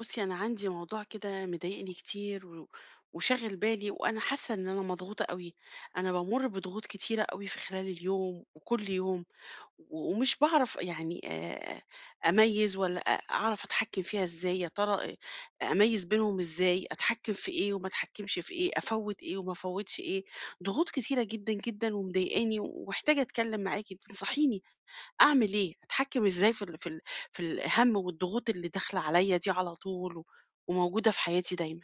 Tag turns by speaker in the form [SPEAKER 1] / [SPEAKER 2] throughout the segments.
[SPEAKER 1] بُصّي، أنا عندي موضوع كده مضايقني كتير وشاغل بالي وأنا حاسة إن أنا مضغوطة أوي. أنا بامُر بضغوط كتيرة أوي في خلال اليوم وكل يوم ومش باعرف يعني أميّز ولا أعرف أتحكّم فيها إزاي، يا ترى أميّز بينهم إزاي، أتحكّم في إيه وما أتحكّمش في إيه، أفوّت إيه وما أفوّتش إيه، ضغوط كتيرة جدًا، جدًا، ومضايقاني ومحتاجة أتكلّم معاكِ تنصحيني. أعمل إيه؟ أتحكّم إزاي في الهَم والضغوط اللي داخلة عليّا دي على طول وموجودة في حياتي دايمًا؟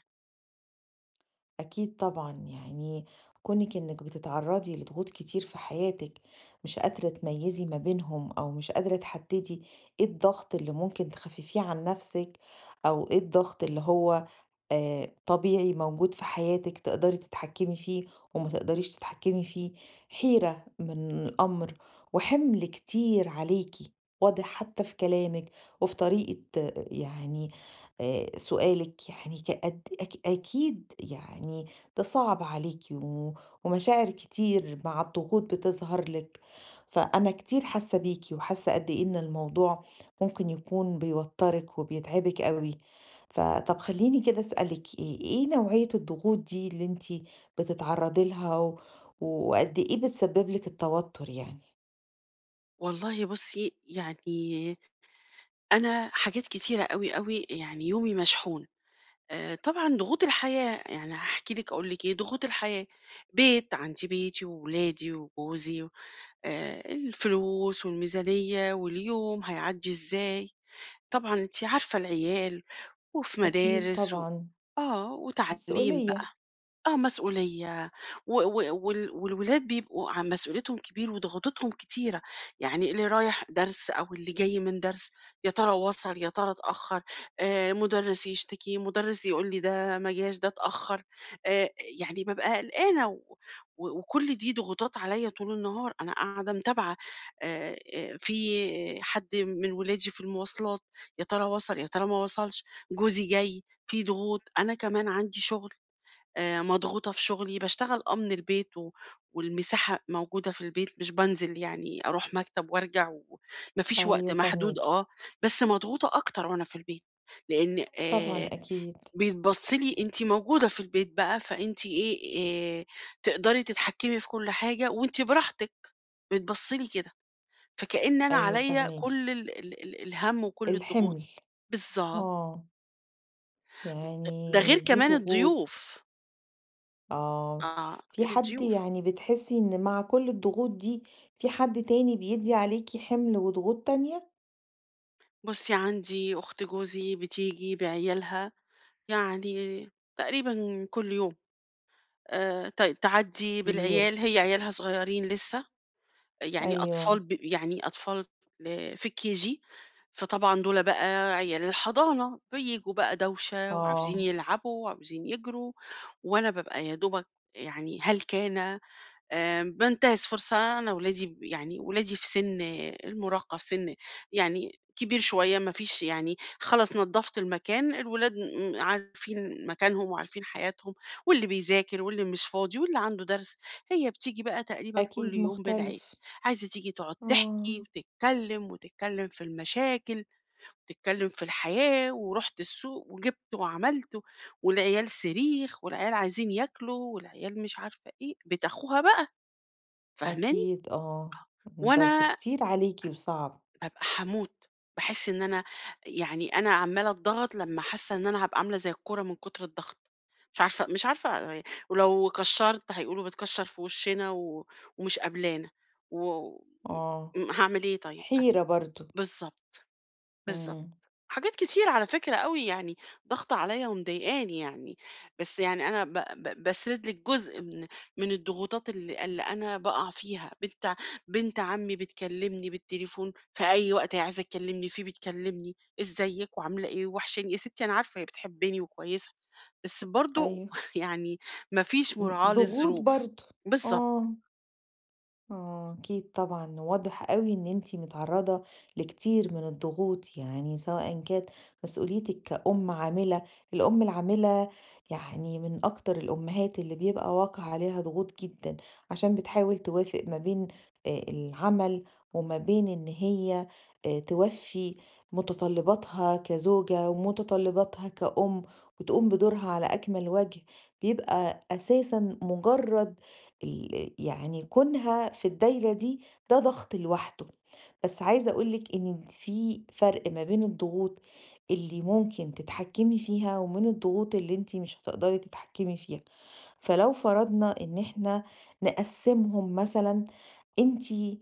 [SPEAKER 2] أكيد طبعًا، يعني كونِك إنِك بتتعرّضي لضغوط كتير في حياتِك، مش قادرة تميّزي ما بينهم أو مش قادرة تحدّدي إيه الضغط اللي ممكن تخفّفيه عن نَفْسِك أو إيه الضغط اللي هو طبيعي موجود في حياتِك تقدري تتحكّمي فيه وما تقدريش تتحكّمي فيه، حيرة من الأمر وحِمل كتير عليكِ، واضح حتّى في كلامِك وفي طريقة سؤالِك يعني كقد أك أكيد يعني ده صعب عليكِ ومشاعر كتير مع الضغوط بتظهر لِك، فأنا كتير حاسة بيكِ وحاسة قد إيه إن الموضوع ممكن يكون بيوتّرِك وبيتعبِك أوي. فطَب خلّيني كده أسألِك إيه، إيه نوعية الضغوط دي اللي أنتِ بتتعرّضي لها وقد إيه بتسبب لِك التوتر يعني؟
[SPEAKER 1] والله بُصّي، يعني أنا حاجات كتيرة أوي، أوي، يعني يومي مشحون. طبعًا ضغوط الحياة، يعني هاحكي لِك أقول لِك إيه، ضغوط الحياة، بيت، عندي بيتي وولادي وجوزي، الفلوس والميزانية واليوم هيعدّي إزاي، طبعًا أنتِ عارفة العيال وفي
[SPEAKER 2] أكيد
[SPEAKER 1] مدارس و
[SPEAKER 2] طبعًا.
[SPEAKER 1] آه، وتعليم
[SPEAKER 2] مسؤولية.
[SPEAKER 1] آه، مسؤولية و و وال والولاد بيبقوا ع مسؤوليتهم كبير وضغوطتهم كتيرة، يعني اللي رايح درس أو اللي جاي من درس، يا ترى وصل، يا ترى اتأخر، مُدرس يشتكي، مُدرس يقول لي ده ما جاش، ده اتأخر، آآ، يعني بابقى قلقانة و و وكل دي ضغوطات عليَّ طول النهار، أنا قاعدة متابعة في حد من ولادي في المواصلات، يا ترى وصل، يا ترى ما وصلش، جوزي جاي، في ضغوط، أنا كمان عندي شغل. مضغوطة في شغلي، باشتغل آه من البيت والمساحة موجودة في البيت، مش بانزل يعني أروح مكتب وارجع وما فيش وقت
[SPEAKER 2] أيوه
[SPEAKER 1] محدود
[SPEAKER 2] فاهماكِ.
[SPEAKER 1] آه، بس مضغوطة أكتر وأنا في البيت، لإن
[SPEAKER 2] طبعًا أكيد.
[SPEAKER 1] بيتبَص لي أنتِ موجودة في البيت بقى، فأنتِ إيه، تقدري تتحكمي في كل حاجة وأنتِ براحتك، بيتبَص لي كده، فكأن أنا
[SPEAKER 2] أيوه
[SPEAKER 1] عليَّ
[SPEAKER 2] فاهماكِ.
[SPEAKER 1] كل ال ال ال الهَم وكل الضغوط.
[SPEAKER 2] الحِمل.
[SPEAKER 1] بالضبط،
[SPEAKER 2] آه،
[SPEAKER 1] ده غير
[SPEAKER 2] يعني دي
[SPEAKER 1] كمان
[SPEAKER 2] ضغوط.
[SPEAKER 1] الضيوف،
[SPEAKER 2] آه،
[SPEAKER 1] آه،
[SPEAKER 2] في
[SPEAKER 1] غير
[SPEAKER 2] حد
[SPEAKER 1] الضيوف.
[SPEAKER 2] يعني بتحسّي إن مع كل الضغوط دي في حد تاني بيدّي عليكِ حِمل وضغوط تانية؟
[SPEAKER 1] بُصّي، عندي أخت جوزي بتيجي بعيالها، يعني تقريبًا كل يوم، تعدّي
[SPEAKER 2] كتير.
[SPEAKER 1] بالعيال، هي عيالها صغيّرين لسه، يعني أطفال
[SPEAKER 2] أيوه.
[SPEAKER 1] ب يعني أطفال في الKG، فطبعًا دول بقى عيال الحضانة، بييجوا بقى دوشة وعاوزين
[SPEAKER 2] آه.
[SPEAKER 1] يلعبوا وعاوزين يجروا، وأنا بابقى يا دوبك يعني هلكانة. بانتهز فرصة، أنا ولادي ب يعني ولادي في سِن المراهقة، في سِن يعني كبير شوية، ما فيش يعني، خلاص نضّفت المكان، الولاد م عارفين مكانهم وعارفين حياتهم، واللي بيذاكر واللي مش فاضي واللي عنده درس، هي بتيجي بقى تقريبًا كل
[SPEAKER 2] أكيد
[SPEAKER 1] يوم بالعيلة،
[SPEAKER 2] مختلف.
[SPEAKER 1] عايزة تيجي تقعد
[SPEAKER 2] آه.
[SPEAKER 1] تحكي وتتكلم، وتتكلم في المشاكل، وتتكلم في الحياة، ورُحت السوق وجِبت وعملت، والعيال صريخ، والعيال عايزين ياكلوا، والعيال مش عارفة إيه، بيت أخوها بقى. فاهماني؟
[SPEAKER 2] أكيد آه، بس
[SPEAKER 1] وأنا
[SPEAKER 2] كتير عليكِ وصعب.
[SPEAKER 1] بابقى هاموت، باحس إن أنا، يعني أنا عمّالة أتضغط، لمّا حاسة إن أنا هابقى عاملة زي الكورة من كتر الضغط، مش عارفة يعني، ولو كشّرت هيقولوا بتكشّر في وشِّنا ومش قابلانا و
[SPEAKER 2] آه.
[SPEAKER 1] م هاعمل إيه طيب؟
[SPEAKER 2] حيرة برضه.
[SPEAKER 1] بالضبط. بالضبط.
[SPEAKER 2] إمم.
[SPEAKER 1] حاجات كتير على فكرة أوي يعني، ضاغطة عليّا ومضايقاني يعني، بس يعني أنا ب ب باسرد لِك جزء من الضغوطات اللي أنا باقع فيها، بنت عمي بتكلمني بالتليفون في أي وقت هي عايزة تكلمني فيه بتكلمني، إزيِك وعاملة إيه ووحشاني، يا ستي أنا عارفة هي بتحبني وكويسة، بس برضه
[SPEAKER 2] أيوه.
[SPEAKER 1] يعني ما فيش مراعاة
[SPEAKER 2] ضغوط
[SPEAKER 1] للظروف.
[SPEAKER 2] برضه.
[SPEAKER 1] بالضبط.
[SPEAKER 2] آه. آه، أكيد طبعًا، واضح أوي إن أنتِ متعرّضة لكتير من الضغوط، يعني سواء كانت مسؤوليتِك كأم عاملة، الأم العاملة يعني من أكتر الأمهات اللي بيبقى واقع عليها ضغوط جدًا، عشان بتحاول توافق ما بين العمل وما بين إن هي توفّي متطلباتها كزوجة ومتطلباتها كأم، وتقوم بدورها على أكمل وجه، بيبقى أساسًا مجرّد يعني كونها في الدايرة دي ده ضغط لوحده، بس عايزة أقول لِك إن في فرق ما بين الضغوط اللي ممكن تتحكمي فيها ومن الضغوط اللي أنتِ مش هتقدري تتحكمي فيها، فلو فرضنا إن إحنا نقسّمهم مثلًا، أنتِ إيه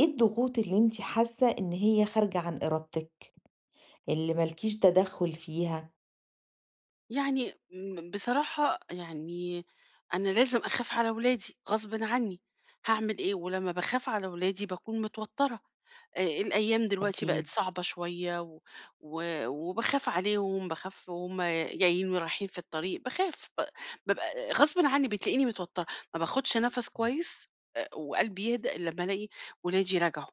[SPEAKER 2] الضغوط اللي أنتِ حاسة إن هي خارجة عن إرادتِك، اللي ما لكيش تدخُّل فيها؟
[SPEAKER 1] يعني بصراحة يعني أنا لازم أخاف على ولادي، غصب عني، هعمل إيه؟ ولما بخاف على ولادي بكون متوترة، آه، الأيام دلوقتي بقت
[SPEAKER 2] أكيد.
[SPEAKER 1] صعبة شوية وبخاف عليهم، بخاف وهم جايين ورايحين في الطريق، بخاف ببقى غصب عني بتلاقيني متوترة، ما باخدش نفس كويس، آه، وقلبي يهدأ إلا لما ألاقي ولادي رجعوا،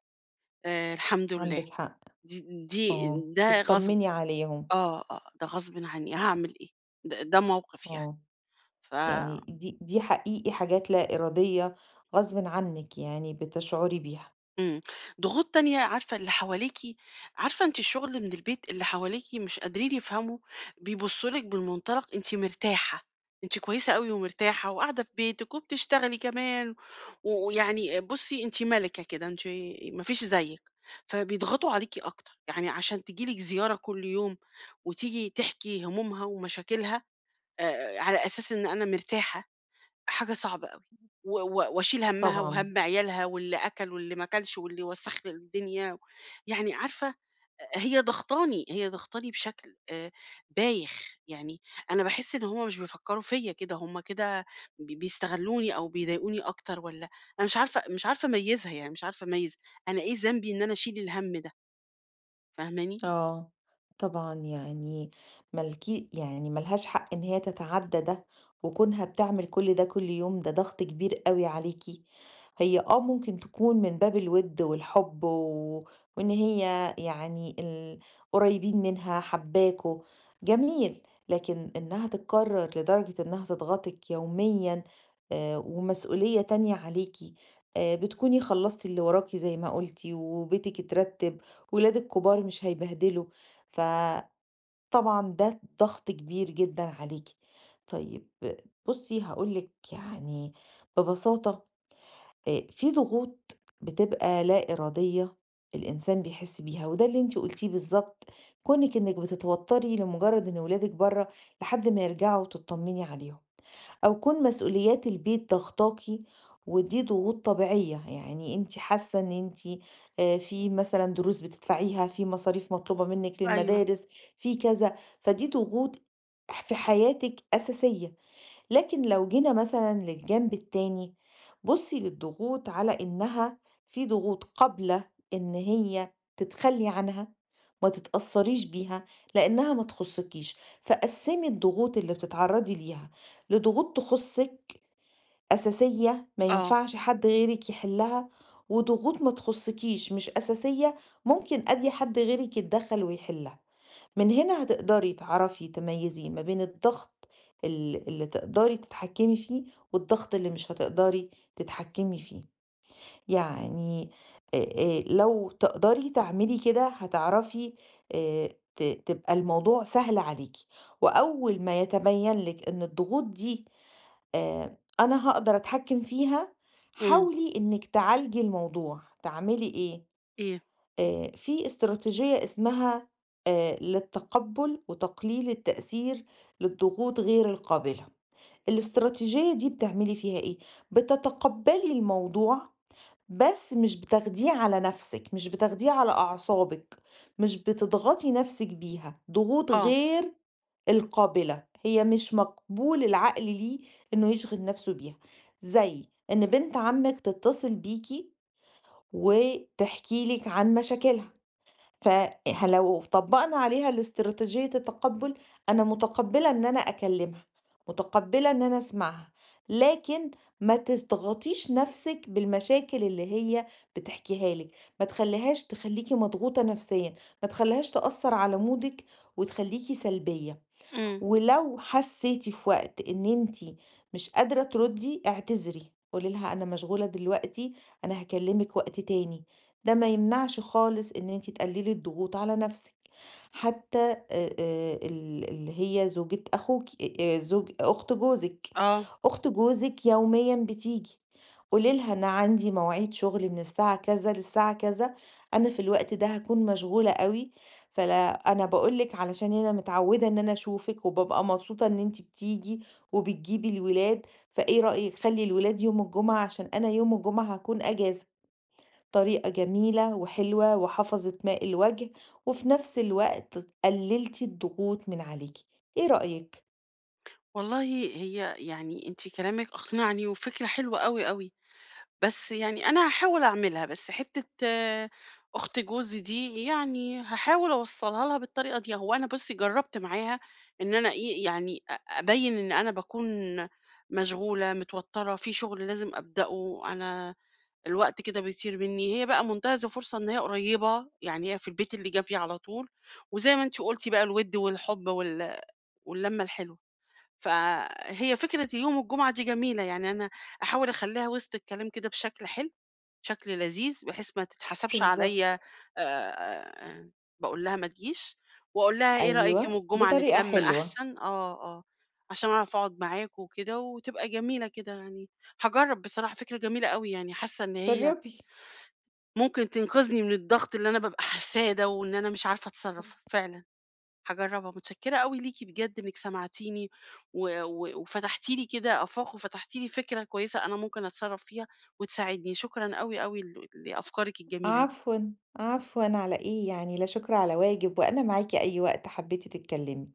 [SPEAKER 1] آه، الحمد لله.
[SPEAKER 2] عندِك حق.
[SPEAKER 1] دي... دي
[SPEAKER 2] آه.
[SPEAKER 1] ده غصب،
[SPEAKER 2] تطمني عليهم.
[SPEAKER 1] آه ده غصب عني، هعمل إيه؟ ده موقف يعني.
[SPEAKER 2] آه.
[SPEAKER 1] ف
[SPEAKER 2] يعني دي حقيقي حاجات لا إرادية غصبٍ عنِّك يعني بتشعري بيها.
[SPEAKER 1] إمم. ضغوط تانية، عارفة اللي حواليكِ، عارفة أنتِ الشغل من البيت، اللي حواليكِ مش قادرين يفهموا، بيبصوا لِك من منطلق أنتِ مرتاحة، أنتِ كويسة أوي ومرتاحة وقاعدة في بيتِك وبتشتغلي كمان، و- ويعني بُصّي أنتِ مَلِكة كده، أنتِ ما فيش زيِّك، فبيضغطوا عليكِ أكتر، يعني عشان تيجي لِك زيارة كل يوم وتيجي تحكي همومها ومشاكلها على أساس إن أنا مرتاحة. حاجة صعبة أوي، و و واشيل همّها
[SPEAKER 2] طبعًا.
[SPEAKER 1] وهَم عيالها واللي أكل واللي ما أكلش واللي وسّخ لي الدنيا، يعني عارفة، هي ضاغطاني، هي ضاغطاني بشكل بايخ، يعني أنا باحس إن هُم مش بيفكّروا فيّا كده، هُم كده بيستغلّوني أو بيضايقوني أكتر، والّا أنا مش عارفة أميّزها، يعني مش عارفة أميّز، أنا إيه ذنبي إن أنا أشيل الهَم ده؟ فاهماني؟
[SPEAKER 2] آه، طبعًا يعني ما لكِ يعني ما لهاش حق إن هي تتعدّى ده، وكونها بتعمل كل ده كل يوم ده ضغط كبير أوي عليكِ، هي آه ممكن تكون من باب الوِد والحب وإن هي يعني القريبين منها حاباكم، جميل، لكن إنها تتكرر لدرجة إنها تضغطِك يوميًا. ومسؤولية تانية عليكِ. بتكوني خلّصتِ اللي وراكِ زي ما قُلتِ وبيتِك اترتب ولاد الكبار مش هيبهدلوا فطبعًا ده ضغط كبير جدًا عليكِ. طيب بُصّي هاقول لِك يعني ببساطة في ضغوط بتبقى لا إرادية الإنسان بيحس بيها، وده اللي أنتِ قلتيه بالضبط، كونِك إنِك بتتوتري لمجرد إن ولادِك برّه لحد ما يرجعوا وتطمني عليهم. أو كون مسؤوليات البيت ضاغطاكِ ودي ضغوط طبيعية، يعني أنتِ حاسة إن أنتِ في مثلًا دروس بتدفعيها، في مصاريف مطلوبة منِّك
[SPEAKER 1] أيوه.
[SPEAKER 2] للمدارس، في كذا، فدي ضغوط في حياتِك أساسية. لكن لو جينا مثلًا للجنب التاني، بُصّي للضغوط على إنها في ضغوط قابلة إن هي تتخلّي عنها، ما تتأثّريش بيها، لإنها ما تخُصِّكيش، فقسّمي الضغوط اللي بتتعرّضي ليها لضغوط تخُصِّك أساسية ما
[SPEAKER 1] آه،
[SPEAKER 2] ينفعش حد غيرِك يحلّها، وضغوط ما تخُصِّكيش مش أساسية ممكن أدي حد غيرِك يتدخّل ويحلّها. من هنا هتقدري تعرفي تميزي ما بين الضغط اللي تقدري تتحكمي فيه والضغط اللي مش هتقدري تتحكمي فيه يعني آه. آه، لو تقدري تعملي كده هتعرفي. آه، تبقى الموضوع سهل عليكي وأول ما يتبين لك إن الضغوط دي آه، أنا هقدر أتحكم فيها
[SPEAKER 1] إمم.
[SPEAKER 2] حاولي إنك تعالجي الموضوع تعملي إيه.
[SPEAKER 1] إيه؟
[SPEAKER 2] آه، في استراتيجية اسمها آه، للتقبل وتقليل التأثير للضغوط غير القابلة. الاستراتيجية دي بتعملي فيها ايه؟ بتتقبلي الموضوع بس مش بتاخديه على نفسك، مش بتاخديه على أعصابك، مش بتضغطي نفسك بيها. ضغوط
[SPEAKER 1] آه،
[SPEAKER 2] غير القابلة هي مش مقبول العقل ليه انه يشغل نفسه بيها، زي ان بنت عمك تتصل بيكي وتحكي لك عن مشاكلها فه لو طبّقنا عليها الاستراتيجية التقبُّل، أنا متقبّلة إن أنا أكلّمها، متقبّلة إن أنا أسمعها، لكن ما تضغطيش نَفْسِك بالمشاكل اللي هي بتحكيها لِك، ما تخلّيهاش تخلّيكِ مضغوطة نَفْسيًا، ما تخلّيهاش تأثّر على مودِك وتخلّيكِ سلبية.
[SPEAKER 1] إمم،
[SPEAKER 2] ولو حسيتِ في وقت إن أنتِ مش قادرة تردي، اعتذري، قولي لها أنا مشغولة دلوقتي، أنا هاكلمِك وقت تاني. ده ما يمنعش خالص إن أنتِ تقللي الضغوط على نفسِك. حتى ال اللي هي زوجة أخوكِ، زوج أخت جوزِك،
[SPEAKER 1] آه.
[SPEAKER 2] أخت جوزِك يوميًا بتيجي، قولي لها أنا عندي مواعيد شغل من الساعة كذا للساعة كذا، أنا في الوقت ده هاكون مشغولة أوي، فلا أنا باقول لِك علشان أنا متعوّدة إن أنا أشوفِك، وبابقى مبسوطة إن أنتِ بتيجي وبتجيبي الولاد، فإيه رأيِك خلّي الولاد يوم الجمعة عشان أنا يوم الجمعة هاكون أجازة، طريقة جميلة وحلوة وحافظة ماء الوجه، وفي نفس الوقت قلّلتِ الضغوط من عليكِ، إيه رأيِك؟
[SPEAKER 1] والله هي يعني، أنتِ كلامِك أقنعني، وفكرة حلوة أوي، أوي، بس يعني أنا هاحاول أعملها، بس حتّة آه، أخت جوزي دي يعني هاحاول أوصّلها لها بالطريقة دي، هو أنا بُصّي جرّبت معاها إن أنا إيه، يعني أبيّن إن أنا باكون مشغولة، متوتّرة، في شغل لازم أبدأه، أنا الوقت كده بيطير منّي، هي بقى منتهزة فرصة إن هي قريّبة، يعني هي في البيت اللي جنبي على طول، وزي ما أنتِ قُلتِ بقى الوِد والحُب واللمّة الحلوة. فهي فكرة يوم الجمعة دي جميلة، يعني أنا أحاول أخلّيها وسط الكلام كده بشكل حلو، شكل لذيذ، بحيث ما تتحسبش عليَّ.
[SPEAKER 2] بالضبط.
[SPEAKER 1] آآ، باقول لها ما تجيش، وأقول لها إيه رأيِك يوم
[SPEAKER 2] أيوه،
[SPEAKER 1] الجمعة
[SPEAKER 2] بطريقة
[SPEAKER 1] نتلم
[SPEAKER 2] حلوة.
[SPEAKER 1] أحسن، آه، آه، عشان أعرف أقعد معاكم وكده، وتبقى جميلة كده يعني. هاجرّب بصراحة، فكرة جميلة أوي يعني، حاسة إن هي
[SPEAKER 2] جرّبي.
[SPEAKER 1] ممكن تنقذني من الضغط اللي أنا بابقى حاساه ده، وإن أنا مش عارفة أتصرّف فعلًا. هاجرّبها، متشكّرة أوي ليكِ بجد إنِّك سمعتيني و و وفتحتِ لي كده آفاق، وفتحتِ لي فكرة كويسة أنا ممكن أتصرّف فيها وتساعدني، شكرًا أوي، أوي ل لأفكارِك الجميلة دي.
[SPEAKER 2] عفوًا. عفوًا على إيه يعني، لا شكر على واجب، وأنا معاكِ أي وقت حبيتِ تتكلمي.